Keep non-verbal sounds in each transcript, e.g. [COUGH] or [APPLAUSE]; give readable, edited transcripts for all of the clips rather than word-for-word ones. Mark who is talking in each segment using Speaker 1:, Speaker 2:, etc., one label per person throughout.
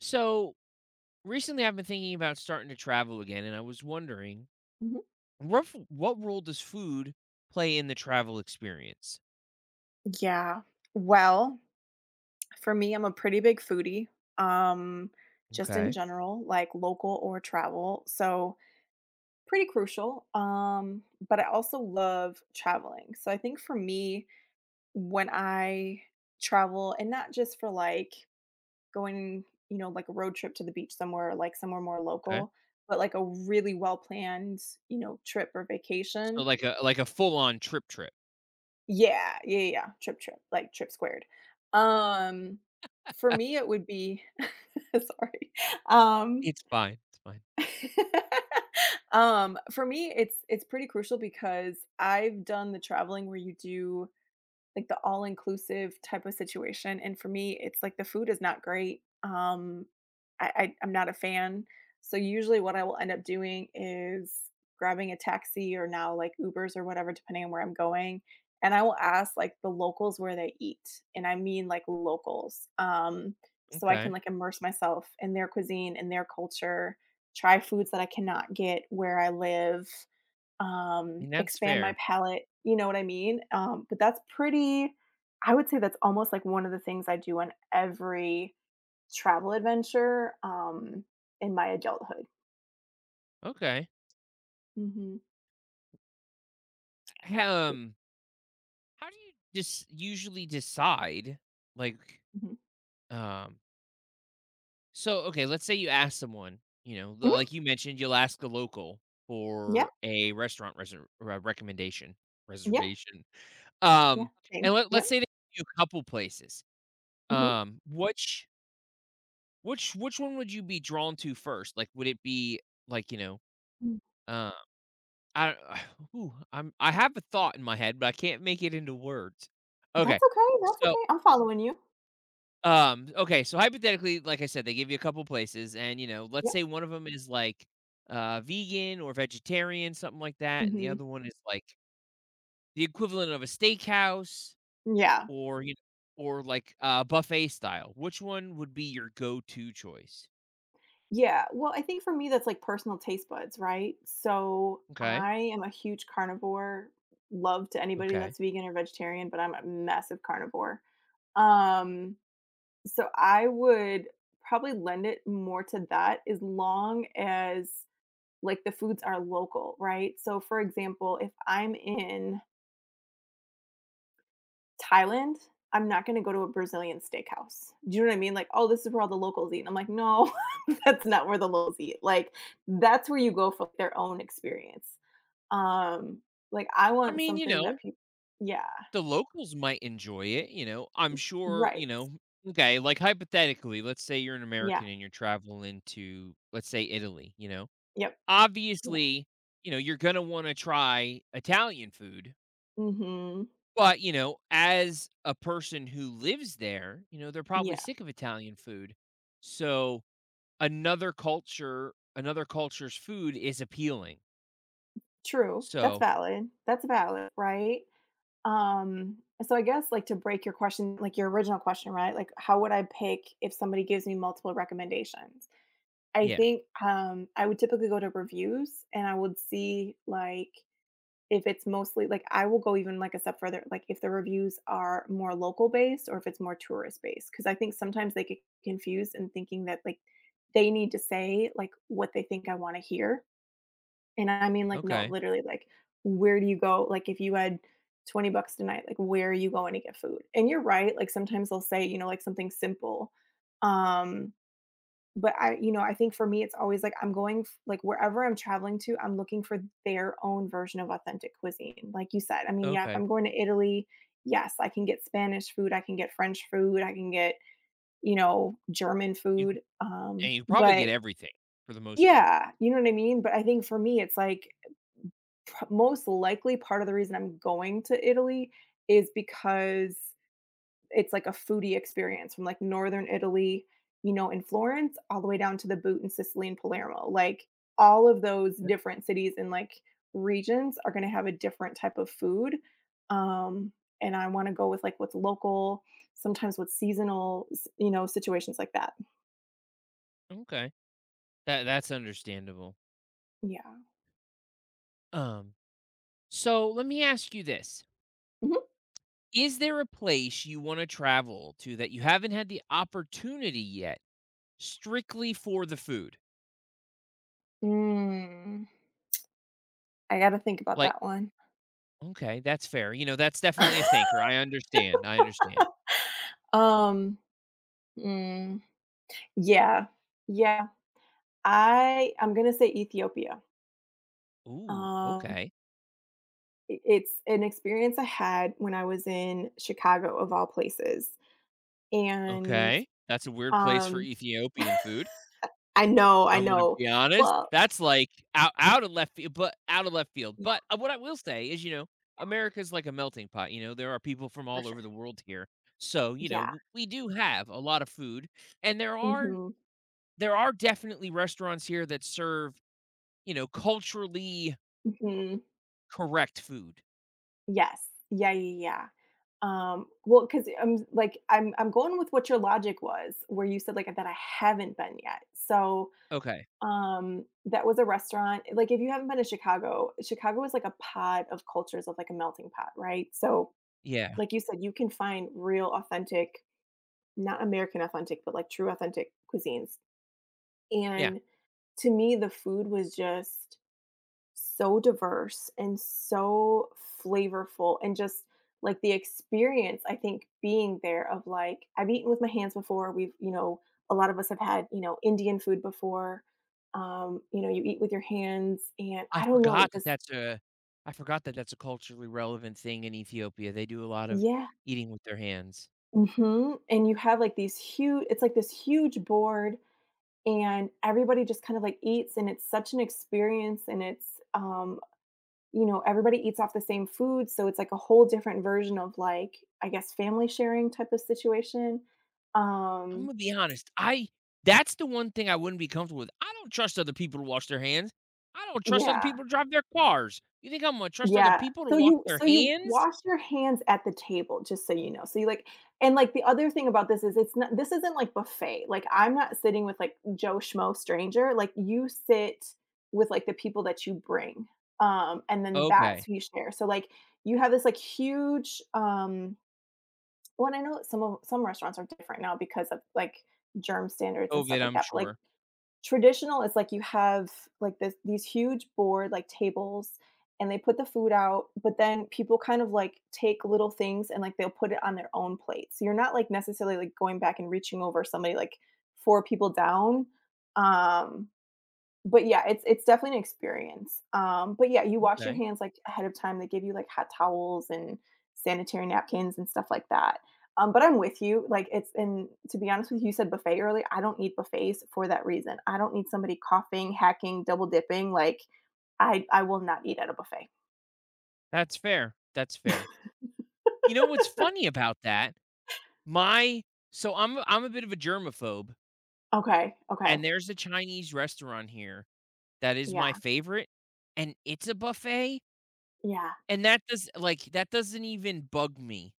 Speaker 1: So recently, I've been thinking about starting to travel again, and I was wondering
Speaker 2: Mhm.
Speaker 1: what role does food play in the travel experience?
Speaker 2: Yeah. Well, for me, I'm a pretty big foodie, um, just in
Speaker 1: Okay,
Speaker 2: general, like local or travel. So, pretty crucial. But I also love traveling. So, I think for me, when I travel, and not just for like going, you know, like a road trip to the beach somewhere, like somewhere more
Speaker 1: okay.
Speaker 2: local, but like a really well planned, you know, trip or
Speaker 1: So
Speaker 2: vacation.
Speaker 1: like a full on trip trip.
Speaker 2: Yeah, yeah, yeah, yeah, trip, trip, like trip squared. Um, for me, it would be [LAUGHS] sorry. Um,
Speaker 1: It's fine. It's fine.
Speaker 2: [LAUGHS] for me, it's pretty crucial because I've done the traveling where you do like the all inclusive type of situation. And for me, it's like the food is not great. I'm not a fan. So usually, what I will end up doing is grabbing a taxi or now like Ubers or whatever, depending on where I'm going. And I will ask like the locals where they eat, and I mean like locals. So I
Speaker 1: Okay.
Speaker 2: can
Speaker 1: I
Speaker 2: like immerse myself in their cuisine and their culture, try foods that I cannot get where I live,
Speaker 1: mean that's
Speaker 2: expand my
Speaker 1: fair.
Speaker 2: palette, you know what I mean? But that's pretty— I would say that's almost like one of the things I do on every travel adventure, in my adulthood.
Speaker 1: Okay.
Speaker 2: Mhm.
Speaker 1: Um, how do you just usually decide? Like,
Speaker 2: Mhm.
Speaker 1: um, so, okay, let's say you ask someone. You know,
Speaker 2: Mhm.
Speaker 1: like you mentioned, you'll ask a local
Speaker 2: Yeah,
Speaker 1: for a restaurant recommendation,
Speaker 2: yeah,
Speaker 1: reservation.
Speaker 2: yeah,
Speaker 1: Um, and
Speaker 2: same. Yep.
Speaker 1: let's say they give you a couple places.
Speaker 2: Mhm.
Speaker 1: Which which one would you be drawn to first? Like, would it be like, you know,
Speaker 2: Mm.
Speaker 1: uh, I... [SIGHS] ooh, I have a thought in my head, but I can't make it into words. Okay.
Speaker 2: That's okay, that's
Speaker 1: So,
Speaker 2: okay. I'm following you.
Speaker 1: okay, so hypothetically, like I said, they give you a couple places and, you know, let's
Speaker 2: Yep.
Speaker 1: say one of them is like, vegan or vegetarian, something like that, and the
Speaker 2: Mhm.
Speaker 1: other one is like the equivalent of a steakhouse.
Speaker 2: Yeah.
Speaker 1: Or, you know, or like, buffet style, which one would be your go-to choice?
Speaker 2: Yeah, well, I think for me that's like personal taste buds, right? So
Speaker 1: Okay,
Speaker 2: I am a huge carnivore. Love to anybody
Speaker 1: okay.
Speaker 2: that's vegan or vegetarian, but I'm a massive carnivore. Um, so I would probably lend it more to that as long as like the foods are local, right? So for example, if I'm in Thailand, I'm not going to go to a Brazilian steakhouse. Do you know what I mean? Like, oh, this is where all the locals eat. And I'm like, no, [LAUGHS] that's not where the locals eat. Like, that's where you go for their own experience. Um, like, I
Speaker 1: I
Speaker 2: want
Speaker 1: mean, you
Speaker 2: something that
Speaker 1: know,
Speaker 2: people— yeah,
Speaker 1: the locals might enjoy it, you know, I'm sure,
Speaker 2: right,
Speaker 1: okay, like, hypothetically, let's say you're an
Speaker 2: yeah,
Speaker 1: American and you're traveling to, let's say, Italy, you know?
Speaker 2: yep,
Speaker 1: Obviously, you know, you're gonna wanna try Italian food,
Speaker 2: mm hmm,
Speaker 1: but, you know, as a person who lives there, you know, they're probably
Speaker 2: yeah,
Speaker 1: sick of Italian food. So another culture's food is appealing.
Speaker 2: true. That's
Speaker 1: So,
Speaker 2: valid. That's valid, right? Um, so I guess like to break your question, like your original question, right? Like, how would I pick if somebody gives me multiple recommendations? I
Speaker 1: yeah.
Speaker 2: think, I would typically go to reviews and I would see, like, if it's mostly like, I will go even, like, a step further, like, if the reviews are more local based or if it's more tourist based, because I think sometimes they get confused in thinking that, like, they need to say, like, what they think I wanna hear, and I mean, like, no,
Speaker 1: Okay.
Speaker 2: literally, like, where do you go, like, if you had 20 bucks tonight, like, where are you going to get food? And you're right, like, sometimes they'll say, you know, like, something simple, um, but I, you know, I think for me, it's always like I'm going f- like, wherever I'm traveling to, I'm looking for their own version of authentic cuisine, like you said. I mean, yeah, if
Speaker 1: Okay.
Speaker 2: I'm going to Italy, yes, I can get Spanish food, I can get French food, I can get, you know, German
Speaker 1: You c
Speaker 2: food,
Speaker 1: and you probably
Speaker 2: but
Speaker 1: get everything for the most part.
Speaker 2: yeah, you know what I mean? But I think for me, it's like, p- most likely part of the reason I'm going to Italy is because it's like a foodie experience from like northern Italy, you know, in Florence all the way down to the boot in Sicily and Palermo. Like all of those different cities and like regions are going to have a different type of food. Um and I want to go with like what's local, sometimes what's seasonal, you know, situations like that.
Speaker 1: Okay. That's understandable.
Speaker 2: Yeah.
Speaker 1: Um, so let me ask you this.
Speaker 2: Mhm.
Speaker 1: Is there a place you wanna travel to that you haven't had the opportunity yet, strictly for the food?
Speaker 2: Mm, I got to think about
Speaker 1: Like,
Speaker 2: that one.
Speaker 1: okay, that's fair. You know, that's definitely a
Speaker 2: [LAUGHS]
Speaker 1: thinker. I understand. I understand.
Speaker 2: Um, mm, yeah, yeah. I'm gonna say Ethiopia.
Speaker 1: Ooh,
Speaker 2: Um,
Speaker 1: okay.
Speaker 2: it's an experience I had when I was in Chicago, of all places, and,
Speaker 1: Okay. That's a weird place for
Speaker 2: um
Speaker 1: Ethiopian food.
Speaker 2: I know, I
Speaker 1: I'm gonna
Speaker 2: know.
Speaker 1: be honest,
Speaker 2: Well,
Speaker 1: that's, like, out of left field, but out of left field,
Speaker 2: yeah,
Speaker 1: but, what I will say is, you know, America's like a melting pot. You know, there are people from
Speaker 2: for
Speaker 1: all
Speaker 2: sure.
Speaker 1: over the world here, so, you know,
Speaker 2: Yeah.
Speaker 1: w we do have a lot of food, and
Speaker 2: Mhm.
Speaker 1: there are definitely restaurants here that serve, you know, culturally
Speaker 2: Mhm.
Speaker 1: correct food.
Speaker 2: Yes. Yeah, yeah, yeah. Well, because 'cause I'm like, I'm going with what your logic was, where you said, like, that I haven't been yet. So,
Speaker 1: Okay,
Speaker 2: that was a restaurant, like, if you haven't been to Chicago, Chicago is like a pod of cultures of, like, a melting pot, right? So,
Speaker 1: yeah,
Speaker 2: like you said, you can find real authentic— not American authentic, but like true authentic cuisines.
Speaker 1: yeah,
Speaker 2: And to me, the food was just so diverse and so flavorful and just like the experience, I think, being there of like I've eaten with my hands before. We've, you know, a lot of us have had, you know, Indian food before. You know, you eat with your hands and
Speaker 1: I
Speaker 2: I don't know,
Speaker 1: forgot that
Speaker 2: just
Speaker 1: that's a I forgot that that's a culturally relevant thing in Ethiopia. They do a lot of
Speaker 2: yeah.
Speaker 1: eating with their hands.
Speaker 2: Hmm. And you have like these huge— it's like this huge board and everybody just kind of like eats and it's such an experience and it's, you know, everybody eats off the same food so it's like a whole different version of, like, I guess, family sharing type of situation.
Speaker 1: I'm
Speaker 2: um
Speaker 1: gonna be honest. I that's the one thing I wouldn't be comfortable with. I don't trust other people to wash their hands. I don't trust other
Speaker 2: yeah.
Speaker 1: people to drive their cars. You think I'm gonna trust other
Speaker 2: Yeah.
Speaker 1: people to
Speaker 2: So
Speaker 1: wash
Speaker 2: you—
Speaker 1: their
Speaker 2: so you
Speaker 1: hands?
Speaker 2: wash your hands at the table, just so you know. So you like— and like the other thing about this is it's not— this isn't like buffet. Like I'm not sitting with like Joe Schmo stranger. Like you sit with like the people that you bring. Um, and then that's
Speaker 1: Okay.
Speaker 2: who you share. So like you have this like huge, well, and I know that some restaurants are different now because of like germ standards and stuff
Speaker 1: COVID,
Speaker 2: like
Speaker 1: I'm
Speaker 2: that. But like,
Speaker 1: sure.
Speaker 2: traditional is like you have, like, this— these huge board, like, tables, and they put the food out, but then people kind of, like, take little things and, like, they'll put it on their own plate. So you're not, like, necessarily, like, going back and reaching over somebody, like, 4 people down. Um, but yeah, it's definitely an experience. But yeah, you wash your
Speaker 1: Okay.
Speaker 2: hands, like, ahead of time. They give you, like, hot towels and sanitary napkins and stuff like that. But I'm with you, like, it's— and to be honest with you, you said buffet earlier. I don't need buffets for that reason. I don't need somebody coughing, hacking, double dipping, like, I will not eat at a buffet.
Speaker 1: That's fair. That's fair. You know what's funny about that? My so I'm a bit of a germaphobe,
Speaker 2: Okay, okay.
Speaker 1: and there's a Chinese restaurant here that is my
Speaker 2: Yeah,
Speaker 1: favorite, and it's a buffet,
Speaker 2: yeah.
Speaker 1: and that doesn't even bug me.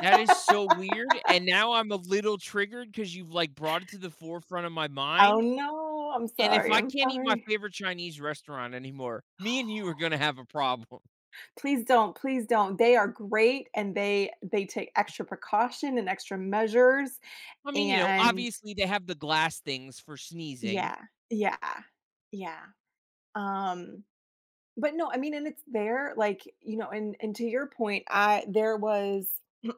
Speaker 1: That is so weird, and now I'm a little triggered because 'cause you've, like, brought it to the forefront of my
Speaker 2: Oh,
Speaker 1: mind,
Speaker 2: no. I'm
Speaker 1: and if
Speaker 2: sorry,
Speaker 1: I
Speaker 2: I'm
Speaker 1: can't eat my
Speaker 2: sorry.
Speaker 1: favorite Chinese restaurant anymore, me and you are gonna have a problem.
Speaker 2: Please don't, please don't. They are great and they take extra precaution and extra measures
Speaker 1: I mean, you know,
Speaker 2: and
Speaker 1: obviously, they have the glass things for sneezing.
Speaker 2: yeah, yeah, yeah. Um, but no, I mean, and it's there, like, you know, and to your point, I— there was [CLEARS THROAT]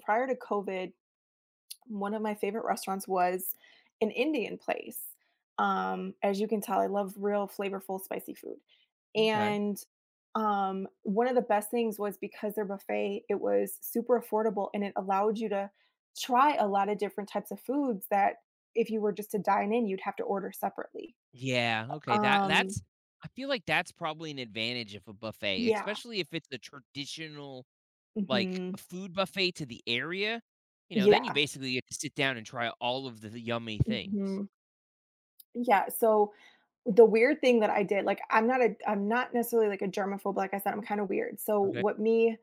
Speaker 2: prior to COVID, one of my favorite restaurants was an Indian place. As you can tell, I love real flavorful spicy food.
Speaker 1: Okay.
Speaker 2: And one of the best things was because their buffet, it was super affordable and it allowed you to try a lot of different types of foods that if you were just to dine in, you'd have to order separately.
Speaker 1: Yeah, okay, that
Speaker 2: Um,
Speaker 1: that's I feel like that's probably an advantage of a buffet,
Speaker 2: yeah.
Speaker 1: especially if it's a traditional, like,
Speaker 2: Hmm.
Speaker 1: food buffet to the area. You know, then you
Speaker 2: Yeah.
Speaker 1: basically get to sit down and try all of the yummy things.
Speaker 2: Hmm. Yeah. So the weird thing that I did, like, I'm not necessarily, like, a germaphobe, like I said, I'm kinda weird, so
Speaker 1: Okay,
Speaker 2: what me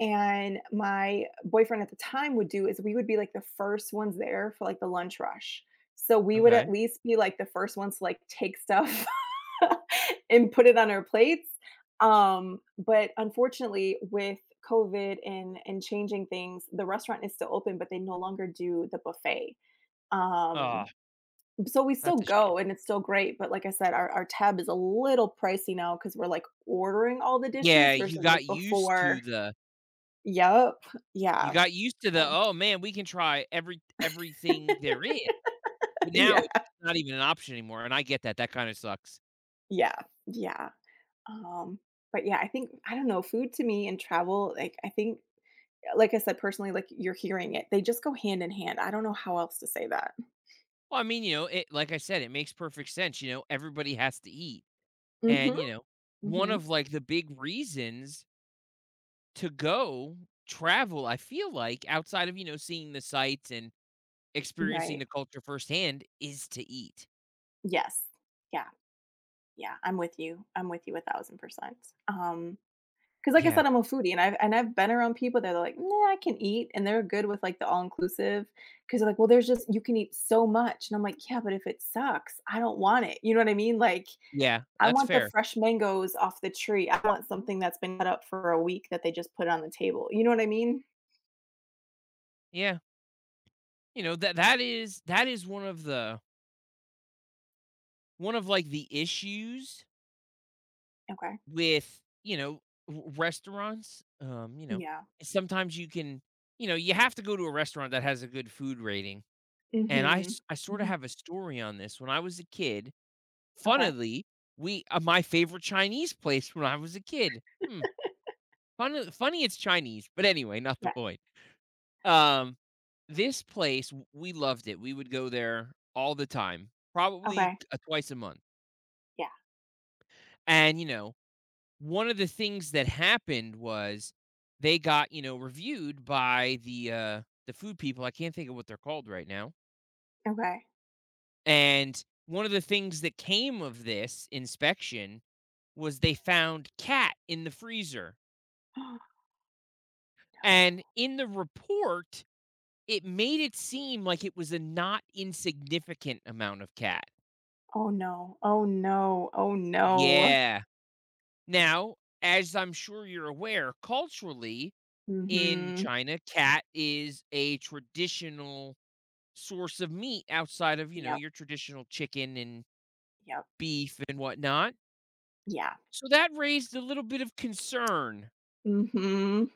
Speaker 2: and my boyfriend at the time would do is we would be, like, the first ones there for, like, the lunch rush. So we would
Speaker 1: okay.
Speaker 2: at least be, like, the first ones to, like, take stuff [LAUGHS] and put it on our plates, but unfortunately, with COVID and changing things, the restaurant is still open, but they no longer do the buffet,
Speaker 1: Aw.
Speaker 2: um so we still
Speaker 1: That's a shame.
Speaker 2: go and it's still great, but like I said, our— our tab is a little pricey now because 'cause we're, like, ordering all the
Speaker 1: Yeah,
Speaker 2: dishes versus, like, before. Yup.
Speaker 1: you
Speaker 2: Yeah.
Speaker 1: got used to the,
Speaker 2: So
Speaker 1: "Oh, man, we can try everything there is," but now
Speaker 2: [LAUGHS] yeah.
Speaker 1: it's not even an option anymore, and I get that, that kinda sucks.
Speaker 2: Yeah. Yeah. Um, but yeah, I think I don't know, food to me and travel, like, I think like I said, personally, like, you're hearing it. They just go hand in hand. I don't know how else to say that.
Speaker 1: Well, I mean, you know, it, like I said, it makes perfect sense. You know, everybody has to eat, and,
Speaker 2: Mhm.
Speaker 1: you know, one
Speaker 2: Mhm.
Speaker 1: of, like, the big reasons to go travel, I feel like, outside of, you know, seeing the sights and experiencing
Speaker 2: Right.
Speaker 1: the culture firsthand, is to eat.
Speaker 2: Yes. Yeah. Yeah. I'm with you. I'm with you 1000%. 'Cause like I
Speaker 1: Yeah,
Speaker 2: said, I'm a foodie and I've been around people that are like, "Nah, I can eat," and they're good with, like, the all-inclusive 'cause they're like, "Well, there's just you can eat so much," and I'm like, "Yeah, but if it sucks, I don't want it." You know what I mean? Like,
Speaker 1: yeah,
Speaker 2: I
Speaker 1: that's
Speaker 2: want the
Speaker 1: fair.
Speaker 2: fresh mangoes off the tree. I want something that's been cut up for a week that they just put on the table. You know what I mean?
Speaker 1: Yeah. You know, that is one of like, the issues
Speaker 2: Okay.
Speaker 1: with, you know, r restaurants. You know,
Speaker 2: Yeah.
Speaker 1: sometimes you know, you have to go to a restaurant that has a good food rating, and
Speaker 2: Mhm.
Speaker 1: I sorta
Speaker 2: Mhm.
Speaker 1: have a story on this. When I was a kid,
Speaker 2: Okay.
Speaker 1: funnily, we my favorite Chinese place when I was a kid, hmm, funny it's Chinese, but anyway, not the
Speaker 2: Yeah.
Speaker 1: point. Um, this place, w we loved it. We would go there all the time, probably,
Speaker 2: Okay.
Speaker 1: twice a month.
Speaker 2: Yeah.
Speaker 1: And, you know, one of the things that happened was they got, you know, reviewed by the food people. I can't think of what they're called right now.
Speaker 2: Okay.
Speaker 1: And one of the things that came of this inspection was they found cat in the freezer.
Speaker 2: [GASPS] No.
Speaker 1: And in the report, it made it seem like it was a not insignificant amount of cat.
Speaker 2: Oh, no. Oh, no. Oh, no.
Speaker 1: Yeah. Now, as I'm sure you're aware, culturally, in
Speaker 2: Mhm.
Speaker 1: China, cat is a traditional source of meat outside of, you know,
Speaker 2: Yep.
Speaker 1: your traditional chicken and
Speaker 2: Yep.
Speaker 1: beef and whatnot.
Speaker 2: Yeah.
Speaker 1: So that raised a little bit of concern.
Speaker 2: Mhm.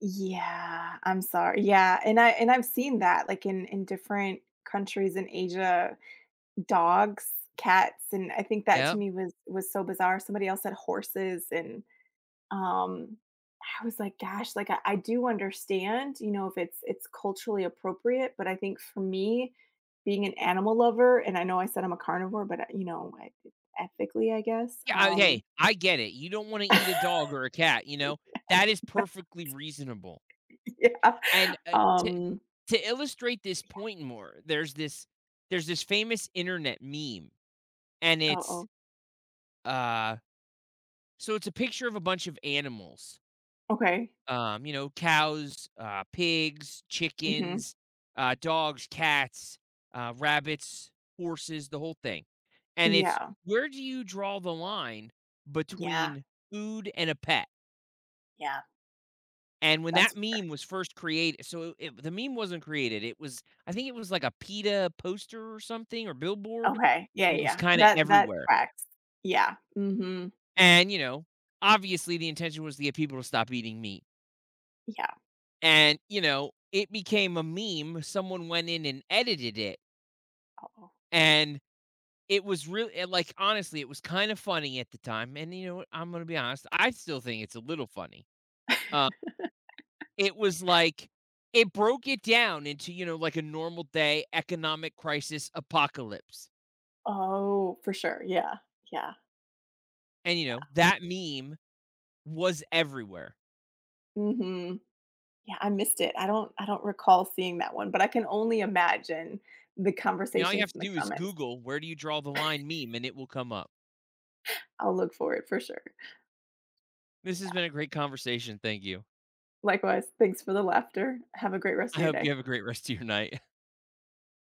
Speaker 2: Yeah, I'm sorry. Yeah, and I've seen that like in different countries in Asia, dogs, cats, and I think that
Speaker 1: Yeah,
Speaker 2: to me was so bizarre. Somebody else said horses and um I was like, gosh, like I do understand, you know, if it's culturally appropriate, but I think for me, being an animal lover, and I know I said I'm a carnivore, but you know, I, ethically, I guess.
Speaker 1: yeah. I, hey, I get it. You don't want to eat a dog or a cat, you know. That is perfectly reasonable.
Speaker 2: [LAUGHS] Yeah.
Speaker 1: And to,
Speaker 2: Um.
Speaker 1: to illustrate this point more, there's this famous internet meme, and it's
Speaker 2: Oh.
Speaker 1: uh so it's a picture of a bunch of animals,
Speaker 2: Okay.
Speaker 1: you know, cows, pigs,
Speaker 2: Mhm.
Speaker 1: chickens, dogs, cats, rabbits, horses, the whole thing. And it's,
Speaker 2: Yeah.
Speaker 1: where do you draw the line
Speaker 2: Yeah.
Speaker 1: between food and a pet?
Speaker 2: Yeah.
Speaker 1: And when
Speaker 2: That's
Speaker 1: that
Speaker 2: fair.
Speaker 1: meme was first created... The meme wasn't created. It was, I think, it was like a PETA poster or something, or billboard.
Speaker 2: Okay. Yeah,
Speaker 1: And it was
Speaker 2: yeah.
Speaker 1: kind of
Speaker 2: That— that
Speaker 1: everywhere.
Speaker 2: tracks. Yeah. Mhm.
Speaker 1: And, you know, obviously the intention was to get people to stop eating meat.
Speaker 2: Yeah.
Speaker 1: And, you know, it became a meme. Someone went in and edited it.
Speaker 2: Oh.
Speaker 1: And it was really, like, honestly, it was kind of funny at the time. And you know what? I'm gonna be honest, I still think it's a little funny. Uh, it was like, it broke it down into, you know, like, a normal day, economic crisis, apocalypse.
Speaker 2: Oh, for sure. Yeah. Yeah.
Speaker 1: And you
Speaker 2: Yeah.
Speaker 1: know, that meme was everywhere.
Speaker 2: Mhm. Yeah, I missed it. I don't recall seeing that one, but I can only imagine the
Speaker 1: I mean, all you
Speaker 2: conversations
Speaker 1: have
Speaker 2: in
Speaker 1: to
Speaker 2: the
Speaker 1: do is
Speaker 2: comments.
Speaker 1: Google "where do you draw the line meme" and it will come up.
Speaker 2: I'll look for it for sure.
Speaker 1: This has
Speaker 2: Yeah.
Speaker 1: been a great conversation. Thank you.
Speaker 2: Likewise, thanks for the laughter. Have a great rest
Speaker 1: I
Speaker 2: of your
Speaker 1: hope you
Speaker 2: day.
Speaker 1: have a great rest of your night.